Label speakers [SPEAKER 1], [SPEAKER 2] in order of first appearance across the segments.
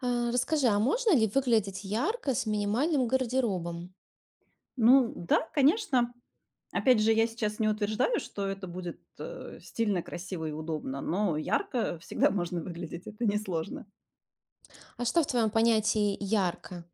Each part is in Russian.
[SPEAKER 1] А, Расскажи, а можно ли выглядеть ярко с минимальным гардеробом?
[SPEAKER 2] Ну да, конечно. Опять же, я сейчас не утверждаю, что это будет, стильно, красиво и удобно, но ярко всегда можно выглядеть, это несложно.
[SPEAKER 1] А что в твоем понятии ярко?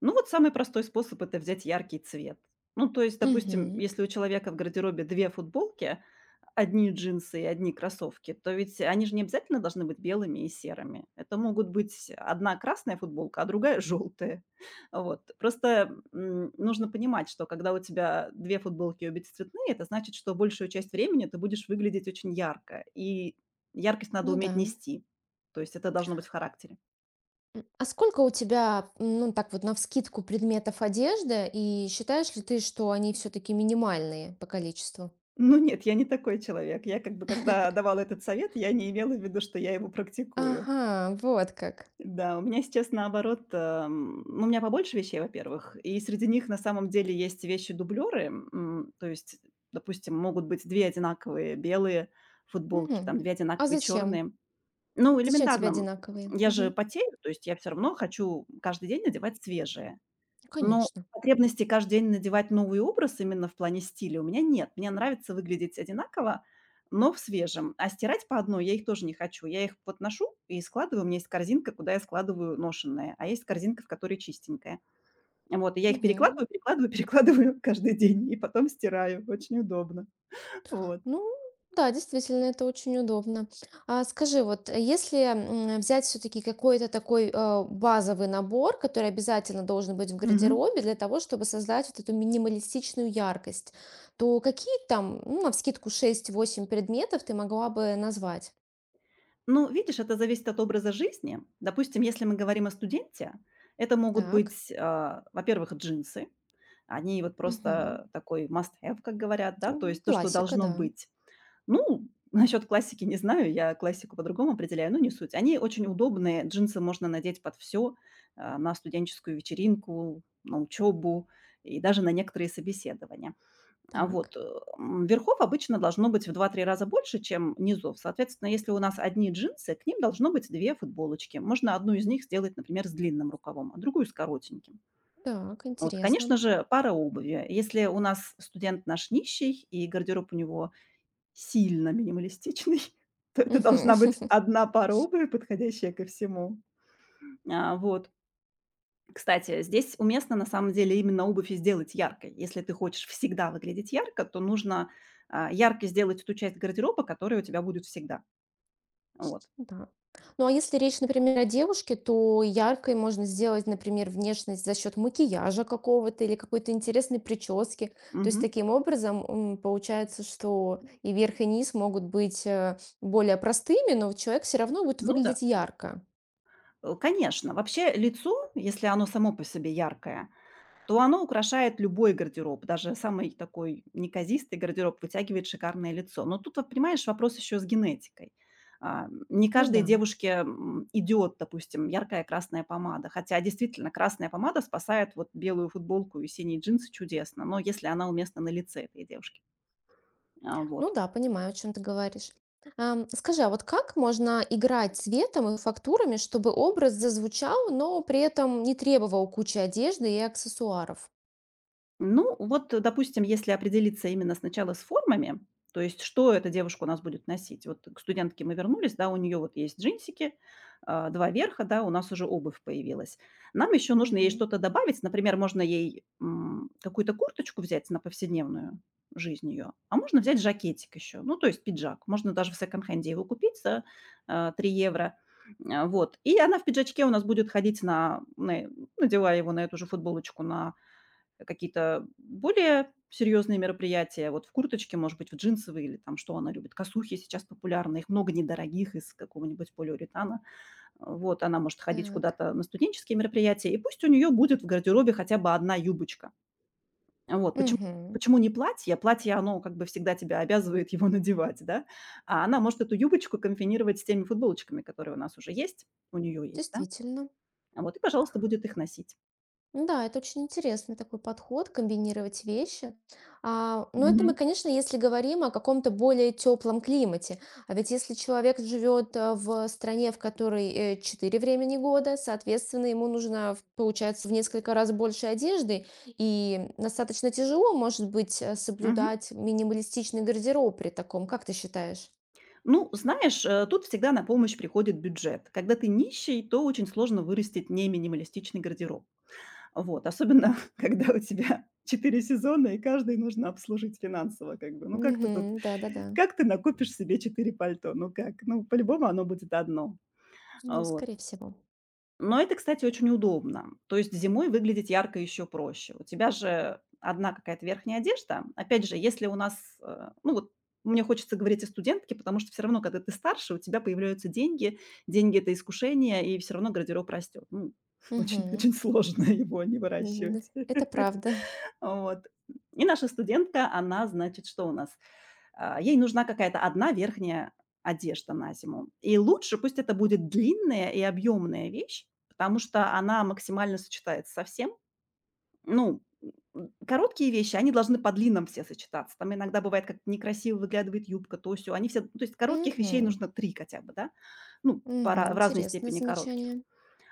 [SPEAKER 2] Ну, вот самый простой способ- это взять яркий цвет. Ну, то есть, допустим,
[SPEAKER 1] Угу,
[SPEAKER 2] если у человека в гардеробе 2 футболки, одни джинсы и одни кроссовки, то ведь они же не обязательно должны быть белыми и серыми. Это могут быть одна красная футболка, а другая желтая. Вот. Просто, нужно понимать, что когда у тебя 2 футболки, и обе цветные, это значит, что большую часть времени ты будешь выглядеть очень ярко, и яркость надо
[SPEAKER 1] ну да.
[SPEAKER 2] уметь нести. То есть это должно быть в характере.
[SPEAKER 1] А сколько у тебя, ну так вот, навскидку предметов одежды, и считаешь ли ты, что они все-таки минимальные по количеству?
[SPEAKER 2] Ну нет, я не такой человек. Я как бы, когда давала этот совет, я не имела в виду, что я его практикую.
[SPEAKER 1] Ага, вот как.
[SPEAKER 2] Да, у меня сейчас наоборот, ну, у меня побольше вещей, во-первых, и среди них на самом деле есть вещи-дублеры, то есть, допустим, могут быть две одинаковые белые футболки, там
[SPEAKER 1] Мгм.
[SPEAKER 2] две
[SPEAKER 1] А
[SPEAKER 2] одинаковые
[SPEAKER 1] зачем?
[SPEAKER 2] черные. Ну,
[SPEAKER 1] Зачем тебе
[SPEAKER 2] элементарно,
[SPEAKER 1] одинаковые?
[SPEAKER 2] я же
[SPEAKER 1] Мгм.
[SPEAKER 2] потею, то есть я все равно хочу каждый день надевать свежее.
[SPEAKER 1] Ну,
[SPEAKER 2] Но
[SPEAKER 1] конечно.
[SPEAKER 2] потребности каждый день надевать новый образ именно в плане стиля у меня нет. Мне нравится выглядеть одинаково, но в свежем. А стирать по одной я их тоже не хочу. Я их вот ношу и складываю. У меня есть корзинка, куда я складываю ношенное, а есть корзинка, в которой чистенькая. Вот, и я их
[SPEAKER 1] Мгм.
[SPEAKER 2] перекладываю, перекладываю, перекладываю каждый день и потом стираю. Очень удобно. Вот.
[SPEAKER 1] Ну да, действительно, это очень удобно. А скажи, вот если взять все-таки какой-то такой базовый набор, который обязательно должен быть в
[SPEAKER 2] Мгм.
[SPEAKER 1] гардеробе для того, чтобы создать вот эту минималистичную яркость, то какие там, ну, навскидку шесть-восемь предметов ты могла бы назвать?
[SPEAKER 2] Ну, видишь, это зависит от образа жизни. Допустим, если мы говорим о студенте, это могут
[SPEAKER 1] Так.
[SPEAKER 2] быть, во-первых, джинсы. Они вот
[SPEAKER 1] Мгм.
[SPEAKER 2] просто такой must have, как говорят, да, то есть то, что
[SPEAKER 1] Классика,
[SPEAKER 2] должно
[SPEAKER 1] да.
[SPEAKER 2] быть. Ну, насчет классики не знаю, я классику по-другому определяю, но не суть. Они очень удобные, джинсы можно надеть под все, на студенческую вечеринку, на учебу и даже на некоторые собеседования. А
[SPEAKER 1] Так.
[SPEAKER 2] вот, верхов обычно должно быть в два-три раза больше, чем низов. Соответственно, если у нас одни джинсы, к ним должно быть 2 футболочки. Можно одну из них сделать, например, с длинным рукавом, а другую с коротеньким.
[SPEAKER 1] Так,
[SPEAKER 2] Вот, конечно
[SPEAKER 1] интересно.
[SPEAKER 2] же, пара обуви. Если у нас студент наш нищий и гардероб у него сильно минималистичный, то это
[SPEAKER 1] Мгм.
[SPEAKER 2] должна быть одна пара обуви, подходящая ко всему. Вот. Кстати, здесь уместно, на самом деле, именно обувь и сделать яркой. Если ты хочешь всегда выглядеть ярко, то нужно, яркой сделать ту часть гардероба, которая у тебя будет всегда. Вот.
[SPEAKER 1] Да. Ну, а если речь, например, о девушке, то яркой можно сделать, например, внешность за счет макияжа какого-то или какой-то интересной прически. То есть
[SPEAKER 2] Мгм.
[SPEAKER 1] таким образом получается, что и верх, и низ могут быть более простыми, но человек все равно будет
[SPEAKER 2] Ну да,
[SPEAKER 1] выглядеть ярко.
[SPEAKER 2] конечно. Вообще лицо, если оно само по себе яркое, то оно украшает любой гардероб. Даже самый такой неказистый гардероб вытягивает шикарное лицо. Но тут, вот понимаешь, вопрос еще с генетикой. Не
[SPEAKER 1] Ну
[SPEAKER 2] каждой
[SPEAKER 1] да,
[SPEAKER 2] девушке идет, допустим, яркая красная помада. Хотя действительно красная помада спасает вот белую футболку и синие джинсы чудесно, но если она уместна на лице этой девушки.
[SPEAKER 1] ну
[SPEAKER 2] Вот.
[SPEAKER 1] да, понимаю, о чем ты говоришь. Скажи, а вот как можно играть цветом и фактурами, чтобы образ зазвучал, но при этом не требовал кучи одежды и аксессуаров?
[SPEAKER 2] Ну, вот, допустим, если определиться именно сначала с формами, то есть что эта девушка у нас будет носить. Вот к студентке мы вернулись, да, у нее вот есть джинсики, два верха, да, у нас уже обувь появилась. Нам еще нужно ей
[SPEAKER 1] Мгм.
[SPEAKER 2] что-то добавить, например, можно ей какую-то курточку взять на повседневную жизнь ее, а можно взять жакетик еще, ну, то есть пиджак. Можно даже в секонд-хенде его купить за 3 евро. Вот. И она в пиджачке у нас будет ходить ну, надевая его на эту же футболочку на какие-то более серьезные мероприятия, вот в курточке, может быть, в джинсовые или там, что она любит, косухи сейчас популярны, их много недорогих из какого-нибудь полиуретана. Вот, она может ходить
[SPEAKER 1] Так.
[SPEAKER 2] куда-то на студенческие мероприятия, и пусть у нее будет в гардеробе хотя бы одна юбочка. Вот, почему
[SPEAKER 1] Мгм.
[SPEAKER 2] почему не платье? Платье, оно как бы всегда тебя обязывает его надевать, да? А она может эту юбочку комбинировать с теми футболочками, которые у нас уже есть, у нее есть, да?
[SPEAKER 1] Действительно.
[SPEAKER 2] Вот и, пожалуйста, будет их носить.
[SPEAKER 1] Ну да, это очень интересный такой подход, комбинировать вещи. А, но это мы,
[SPEAKER 2] Мгм.
[SPEAKER 1] конечно, если говорим о каком-то более теплом климате. А ведь если человек живет в стране, в которой 4 времени года, соответственно, ему нужно, получается, в несколько раз больше одежды, и достаточно тяжело, может быть,
[SPEAKER 2] Мгм.
[SPEAKER 1] соблюдать минималистичный гардероб при таком. Как ты считаешь?
[SPEAKER 2] Ну, знаешь, тут всегда на помощь приходит бюджет. Когда ты нищий, то очень сложно вырастить не минималистичный гардероб. Вот, особенно когда у тебя 4 сезона, и каждый нужно обслужить финансово, как бы. Ну,
[SPEAKER 1] Мгм. Да-да-да.
[SPEAKER 2] как ты накупишь себе 4 пальто? Ну, как? Ну, по-любому оно будет одно.
[SPEAKER 1] Ну,
[SPEAKER 2] Вот.
[SPEAKER 1] скорее всего.
[SPEAKER 2] Но это, кстати, очень удобно. То есть зимой выглядеть ярко еще проще. У тебя же одна какая-то верхняя одежда. Опять же, если у нас, ну вот мне хочется говорить о студентке, потому что все равно, когда ты старше, у тебя появляются деньги, деньги это искушение, и все равно гардероб растет. Ну, очень,
[SPEAKER 1] Мгм.
[SPEAKER 2] очень сложно его не выращивать.
[SPEAKER 1] Это правда.
[SPEAKER 2] Вот. И наша студентка, она, значит, что у нас? Ей нужна какая-то одна верхняя одежда на зиму. И лучше пусть это будет длинная и объемная вещь, потому что она максимально сочетается со всем. Ну, короткие вещи, они должны по длинам все сочетаться. Там иногда бывает, как некрасиво выглядывает юбка, то все, Они все, то есть коротких вещей
[SPEAKER 1] Мгм.
[SPEAKER 2] нужно три хотя бы, да? Ну,
[SPEAKER 1] Мгм.
[SPEAKER 2] пора, в разной
[SPEAKER 1] Интересное
[SPEAKER 2] степени коротких.
[SPEAKER 1] замечание.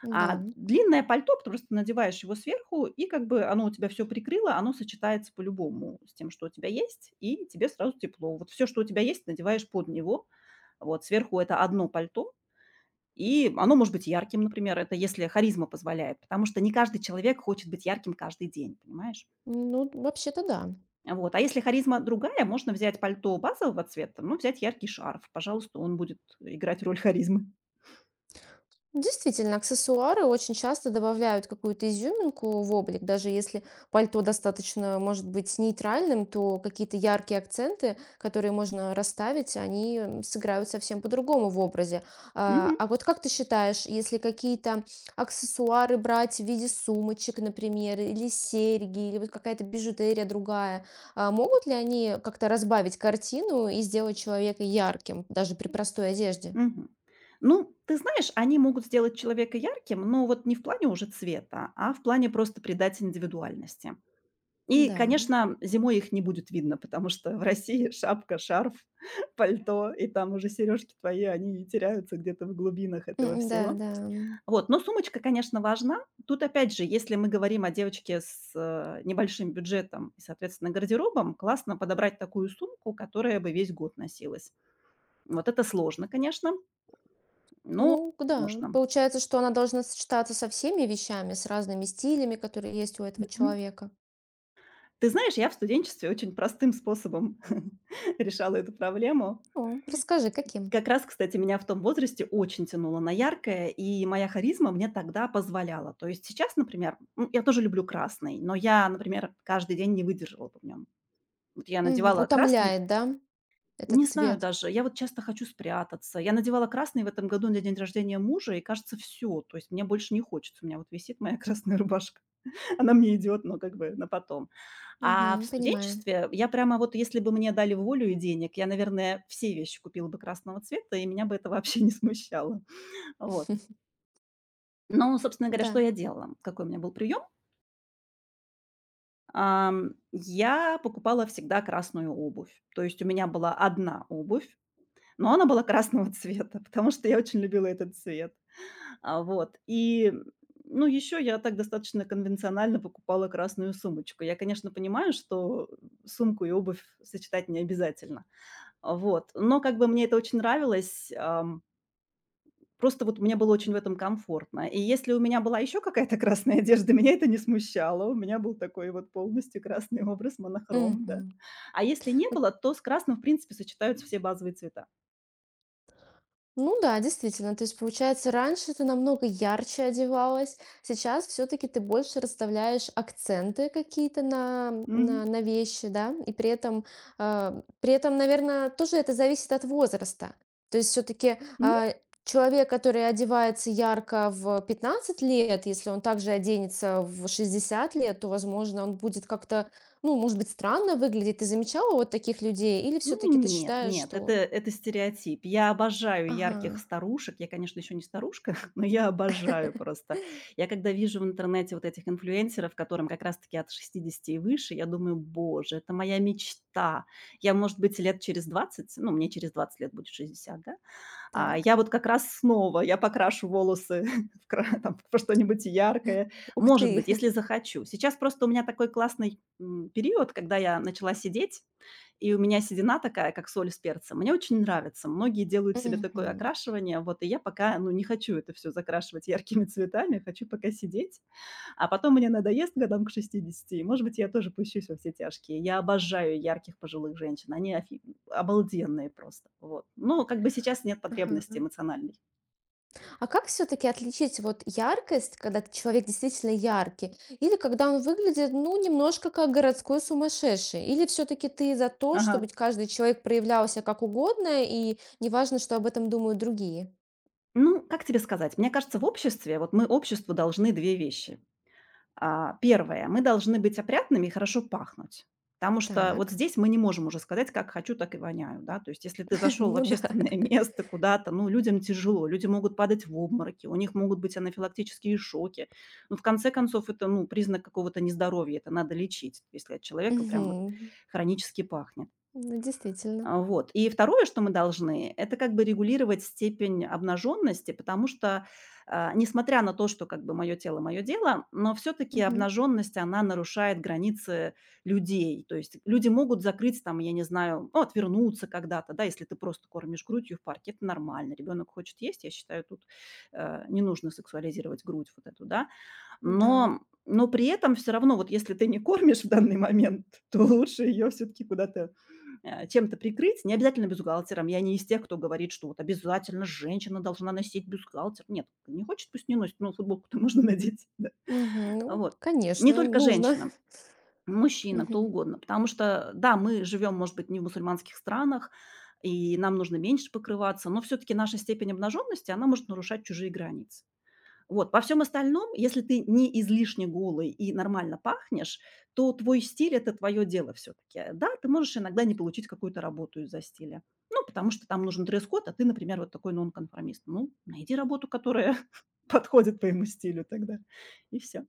[SPEAKER 1] Да.
[SPEAKER 2] А длинное пальто, потому что ты надеваешь его сверху, и как бы оно у тебя все прикрыло, оно сочетается по-любому с тем, что у тебя есть, и тебе сразу тепло. Вот все, что у тебя есть, надеваешь под него. Вот сверху это одно пальто, и оно может быть ярким, например, это если харизма позволяет, потому что не каждый человек хочет быть ярким каждый день, понимаешь?
[SPEAKER 1] Ну, вообще-то да.
[SPEAKER 2] Вот, а если харизма другая, можно взять пальто базового цвета, ну взять яркий шарф. Пожалуйста, он будет играть роль харизмы.
[SPEAKER 1] Действительно, аксессуары очень часто добавляют какую-то изюминку в облик. Даже если пальто достаточно может быть нейтральным, то какие-то яркие акценты, которые можно расставить, они сыграют совсем по-другому в образе. А
[SPEAKER 2] Мгм.
[SPEAKER 1] а вот как ты считаешь, если какие-то аксессуары брать в виде сумочек, например, или серьги, или вот какая-то бижутерия другая, а могут ли они как-то разбавить картину и сделать человека ярким, даже при простой одежде?
[SPEAKER 2] Мгм. Ну, ты знаешь, они могут сделать человека ярким, но вот не в плане уже цвета, а в плане просто придать индивидуальности. И,
[SPEAKER 1] Да,
[SPEAKER 2] конечно, зимой их не будет видно, потому что в России шапка, шарф, пальто, и там уже сережки твои, они теряются где-то в глубинах этого
[SPEAKER 1] Да,
[SPEAKER 2] всего.
[SPEAKER 1] да.
[SPEAKER 2] Вот, но сумочка, конечно, важна. Тут, опять же, если мы говорим о девочке с небольшим бюджетом и, соответственно, гардеробом, классно подобрать такую сумку, которая бы весь год носилась. Вот это сложно, конечно, но
[SPEAKER 1] Ну да,
[SPEAKER 2] можно.
[SPEAKER 1] получается, что она должна сочетаться со всеми вещами, с разными стилями, которые есть у этого
[SPEAKER 2] Мгм.
[SPEAKER 1] человека.
[SPEAKER 2] Ты знаешь, я в студенчестве очень простым способом решала эту проблему.
[SPEAKER 1] О, расскажи, каким?
[SPEAKER 2] Как раз, кстати, меня в том возрасте очень тянуло на яркое, и моя харизма мне тогда позволяла. То есть сейчас, например, я тоже люблю красный, но я, например, каждый день не выдерживала бы в нем. Вот я
[SPEAKER 1] Мгм.
[SPEAKER 2] надевала красный,
[SPEAKER 1] Утомляет, да,
[SPEAKER 2] не
[SPEAKER 1] этот
[SPEAKER 2] знаю
[SPEAKER 1] цвет?
[SPEAKER 2] даже, я вот часто хочу спрятаться. Я надевала красный в этом году на день рождения мужа, и кажется, все. То есть мне больше не хочется. У меня вот висит моя красная рубашка. Она мне идет, но как бы на потом. А в
[SPEAKER 1] Мгм. Понимаю.
[SPEAKER 2] студенчестве я прямо вот, если бы мне дали волю и денег, я, наверное, все вещи купила бы красного цвета, и меня бы это вообще не смущало. Вот. Но, собственно говоря, что
[SPEAKER 1] Да.
[SPEAKER 2] я делала? Какой у меня был прием? Я покупала всегда красную обувь. То есть у меня была одна обувь, но она была красного цвета, потому что я очень любила этот цвет. Вот. И, ну, еще я так достаточно конвенционально покупала красную сумочку. Я, конечно, понимаю, что сумку и обувь сочетать не обязательно. Вот. Но как бы мне это очень нравилось. Просто вот мне было очень в этом комфортно. И если у меня была еще какая-то красная одежда, меня это не смущало. У меня был такой вот полностью красный образ, монохром, да.
[SPEAKER 1] Мгм.
[SPEAKER 2] А если не было, то с красным, в принципе, сочетаются все базовые цвета.
[SPEAKER 1] Ну да, действительно. То есть, получается, раньше ты намного ярче одевалась, сейчас все-таки ты больше расставляешь акценты какие-то на,
[SPEAKER 2] Мгм.
[SPEAKER 1] на, на вещи, да, и при этом, наверное, тоже это зависит от возраста. То есть все-таки
[SPEAKER 2] Ну,
[SPEAKER 1] человек, который одевается ярко в 15 лет, если он также оденется в 60 лет, то, возможно, он будет как-то, ну, может быть, странно выглядеть. Ты замечала вот таких людей? Или
[SPEAKER 2] Ну
[SPEAKER 1] все-таки ты
[SPEAKER 2] нет,
[SPEAKER 1] считаешь,
[SPEAKER 2] нет, это
[SPEAKER 1] что...
[SPEAKER 2] это стереотип. Я обожаю
[SPEAKER 1] Ага,
[SPEAKER 2] ярких старушек. Я, конечно, еще не старушка, но я обожаю просто. Я когда вижу в интернете вот этих инфлюенсеров, которым как раз-таки от 60 и выше, я думаю: "Боже, это моя мечта". Я, может быть, лет через 20, ну, мне через 20 лет будет 60, да? А я
[SPEAKER 1] так.
[SPEAKER 2] вот как раз снова, я покрашу волосы в кра там во что-нибудь яркое.
[SPEAKER 1] Ух
[SPEAKER 2] Может
[SPEAKER 1] ты!
[SPEAKER 2] быть, если захочу. Сейчас просто у меня такой классный, период, когда я начала сидеть, и у меня седина такая, как соль с перцем. Мне очень нравится. Многие делают себе такое
[SPEAKER 1] Мгм.
[SPEAKER 2] окрашивание, вот, и я пока, ну, не хочу это все закрашивать яркими цветами, хочу пока сидеть. А потом мне надоест годам к 60, и, может быть, я тоже пущусь во все тяжкие. Я обожаю ярких пожилых женщин, они офи обалденные просто, вот. Но как бы сейчас нет потребности
[SPEAKER 1] Ага.
[SPEAKER 2] эмоциональной.
[SPEAKER 1] А как все-таки отличить вот яркость, когда человек действительно яркий, или когда он выглядит, ну, немножко как городской сумасшедший? Или все-таки ты за то,
[SPEAKER 2] Ага.
[SPEAKER 1] чтобы каждый человек проявлялся как угодно, и неважно, что об этом думают другие?
[SPEAKER 2] Ну, как тебе сказать, мне кажется, в обществе, вот мы обществу должны 2 вещи. Первое. Мы должны быть опрятными и хорошо пахнуть. Потому что вот
[SPEAKER 1] Так,
[SPEAKER 2] здесь мы не можем уже сказать: "Как хочу, так и воняю", да. То есть если ты зашел в
[SPEAKER 1] ну да.
[SPEAKER 2] общественное место куда-то, ну, людям тяжело, люди могут падать в обмороки, у них могут быть анафилактические шоки. Ну, в конце концов, это, ну, признак какого-то нездоровья, это надо лечить, если от человека прям вот
[SPEAKER 1] Мгм.
[SPEAKER 2] хронически пахнет.
[SPEAKER 1] Ну, действительно.
[SPEAKER 2] Вот. И второе, что мы должны, это как бы регулировать степень обнаженности, потому что, несмотря на то, что как бы мое тело, мое дело, но все-таки
[SPEAKER 1] Мгм.
[SPEAKER 2] обнаженность, она нарушает границы людей. То есть люди могут закрыть там, я не знаю, ну, отвернуться когда-то, да, если ты просто кормишь грудью в парке, это нормально. Ребенок хочет есть, я считаю, тут не нужно сексуализировать грудь вот эту, да.
[SPEAKER 1] Да.
[SPEAKER 2] Но но при этом все равно, вот если ты не кормишь в данный момент, то лучше ее все таки куда-то, чем-то прикрыть. Не обязательно бюстгальтером. Я не из тех, кто говорит, что вот обязательно женщина должна носить бюстгальтер. Нет, не хочет, пусть не носит, но футболку-то можно надеть, да.
[SPEAKER 1] Мгм. Ну,
[SPEAKER 2] Вот. Не
[SPEAKER 1] конечно,
[SPEAKER 2] только
[SPEAKER 1] нужно.
[SPEAKER 2] женщина, мужчина, кто
[SPEAKER 1] Мгм.
[SPEAKER 2] угодно. Потому что, да, мы живем, может быть, не в мусульманских странах, и нам нужно меньше покрываться, но все таки наша степень обнаженности, она может нарушать чужие границы. Вот. Во всем остальном, если ты не излишне голый и нормально пахнешь, то твой стиль- это твое дело все таки. Да, ты можешь иногда не получить какую-то работу из-за стиля. Ну, потому что там нужен дресс-код, а ты, например, вот такой нонконформист. Ну, найди работу, которая подходит твоему стилю тогда, и все.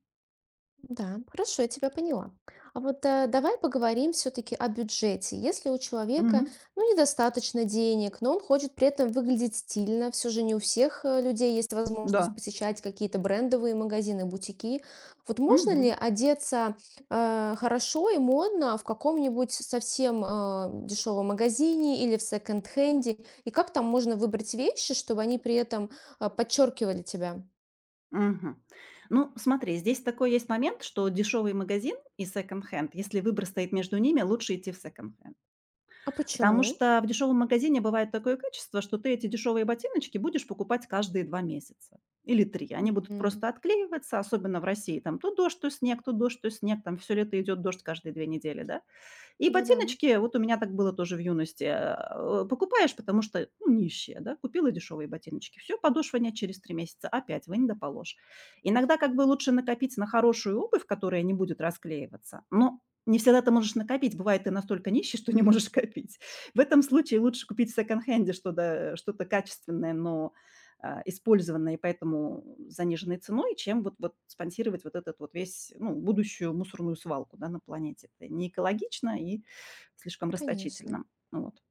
[SPEAKER 1] Да, хорошо, я тебя поняла. А вот давай поговорим все-таки о бюджете. Если у человека,
[SPEAKER 2] Мгм.
[SPEAKER 1] ну, недостаточно денег, но он хочет при этом выглядеть стильно, все же не у всех людей есть возможность
[SPEAKER 2] Да.
[SPEAKER 1] посещать какие-то брендовые магазины, бутики. Вот можно ли
[SPEAKER 2] Мгм.
[SPEAKER 1] одеться хорошо и модно в каком-нибудь совсем дешевом магазине или в секонд-хенде? И как там можно выбрать вещи, чтобы они при этом подчеркивали тебя?
[SPEAKER 2] Мгм. Ну, смотри, здесь такой есть момент, что дешевый магазин и секонд-хенд, если выбор стоит между ними, лучше идти в секонд-хенд.
[SPEAKER 1] А
[SPEAKER 2] Потому
[SPEAKER 1] почему?
[SPEAKER 2] что в дешевом магазине бывает такое качество, что ты эти дешевые ботиночки будешь покупать каждые 2 месяца или 3. Они будут
[SPEAKER 1] М.
[SPEAKER 2] просто отклеиваться, особенно в России. Там то дождь, то снег, то дождь, то снег. Там все лето идет дождь каждые 2 недели, да? И
[SPEAKER 1] Да-да.
[SPEAKER 2] ботиночки, вот у меня так было тоже в юности, покупаешь, потому что, ну, нищие, да, купила дешевые ботиночки. Все подошва нет через 3 месяца, опять в Индо положь. Иногда как бы лучше накопить на хорошую обувь, которая не будет расклеиваться, но не всегда ты можешь накопить. Бывает, ты настолько нищий, что не можешь копить. В этом случае лучше купить в секонд-хенде что-то что-то качественное, но использованные, поэтому заниженной ценой, чем вот спонсировать вот этот вот весь, ну, будущую мусорную свалку, да, на планете. Это не экологично и слишком
[SPEAKER 1] Конечно.
[SPEAKER 2] расточительно. Вот.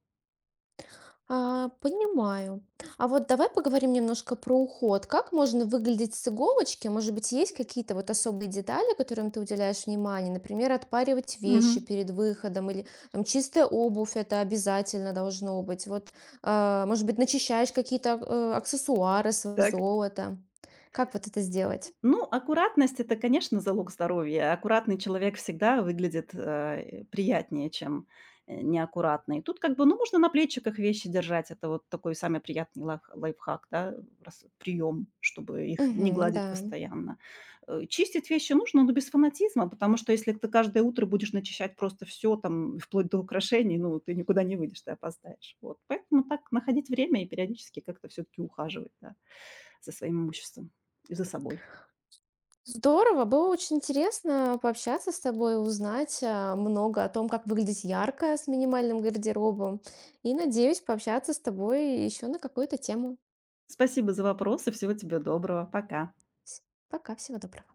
[SPEAKER 1] А, понимаю. А вот давай поговорим немножко про уход. Как можно выглядеть с иголочки? Может быть, есть какие-то вот особые детали, которым ты уделяешь внимание? Например, отпаривать вещи
[SPEAKER 2] Мгм.
[SPEAKER 1] перед выходом или там, чистая обувь, это обязательно должно быть. Вот, может быть, начищаешь какие-то аксессуары, свои
[SPEAKER 2] Так.
[SPEAKER 1] золото. Как вот это сделать?
[SPEAKER 2] Ну, аккуратность- это, конечно, залог здоровья. Аккуратный человек всегда выглядит, приятнее, чем, неаккуратный. Тут как бы, ну, можно на плечиках вещи держать. Это вот такой самый приятный лайфхак, да, прием, чтобы их не
[SPEAKER 1] Мгм, да.
[SPEAKER 2] гладить постоянно. Чистить вещи нужно, но без фанатизма, потому что если ты каждое утро будешь начищать просто все там, вплоть до украшений, ну, ты никуда не выйдешь, ты опоздаешь. Вот. Поэтому так находить время и периодически как-то все таки ухаживать, да, за своим имуществом и за собой.
[SPEAKER 1] Здорово, было очень интересно пообщаться с тобой, узнать много о том, как выглядеть ярко с минимальным гардеробом. И надеюсь пообщаться с тобой еще на какую-то тему.
[SPEAKER 2] Спасибо за вопросы. Всего тебе доброго. Пока.
[SPEAKER 1] С- Пока, всего доброго.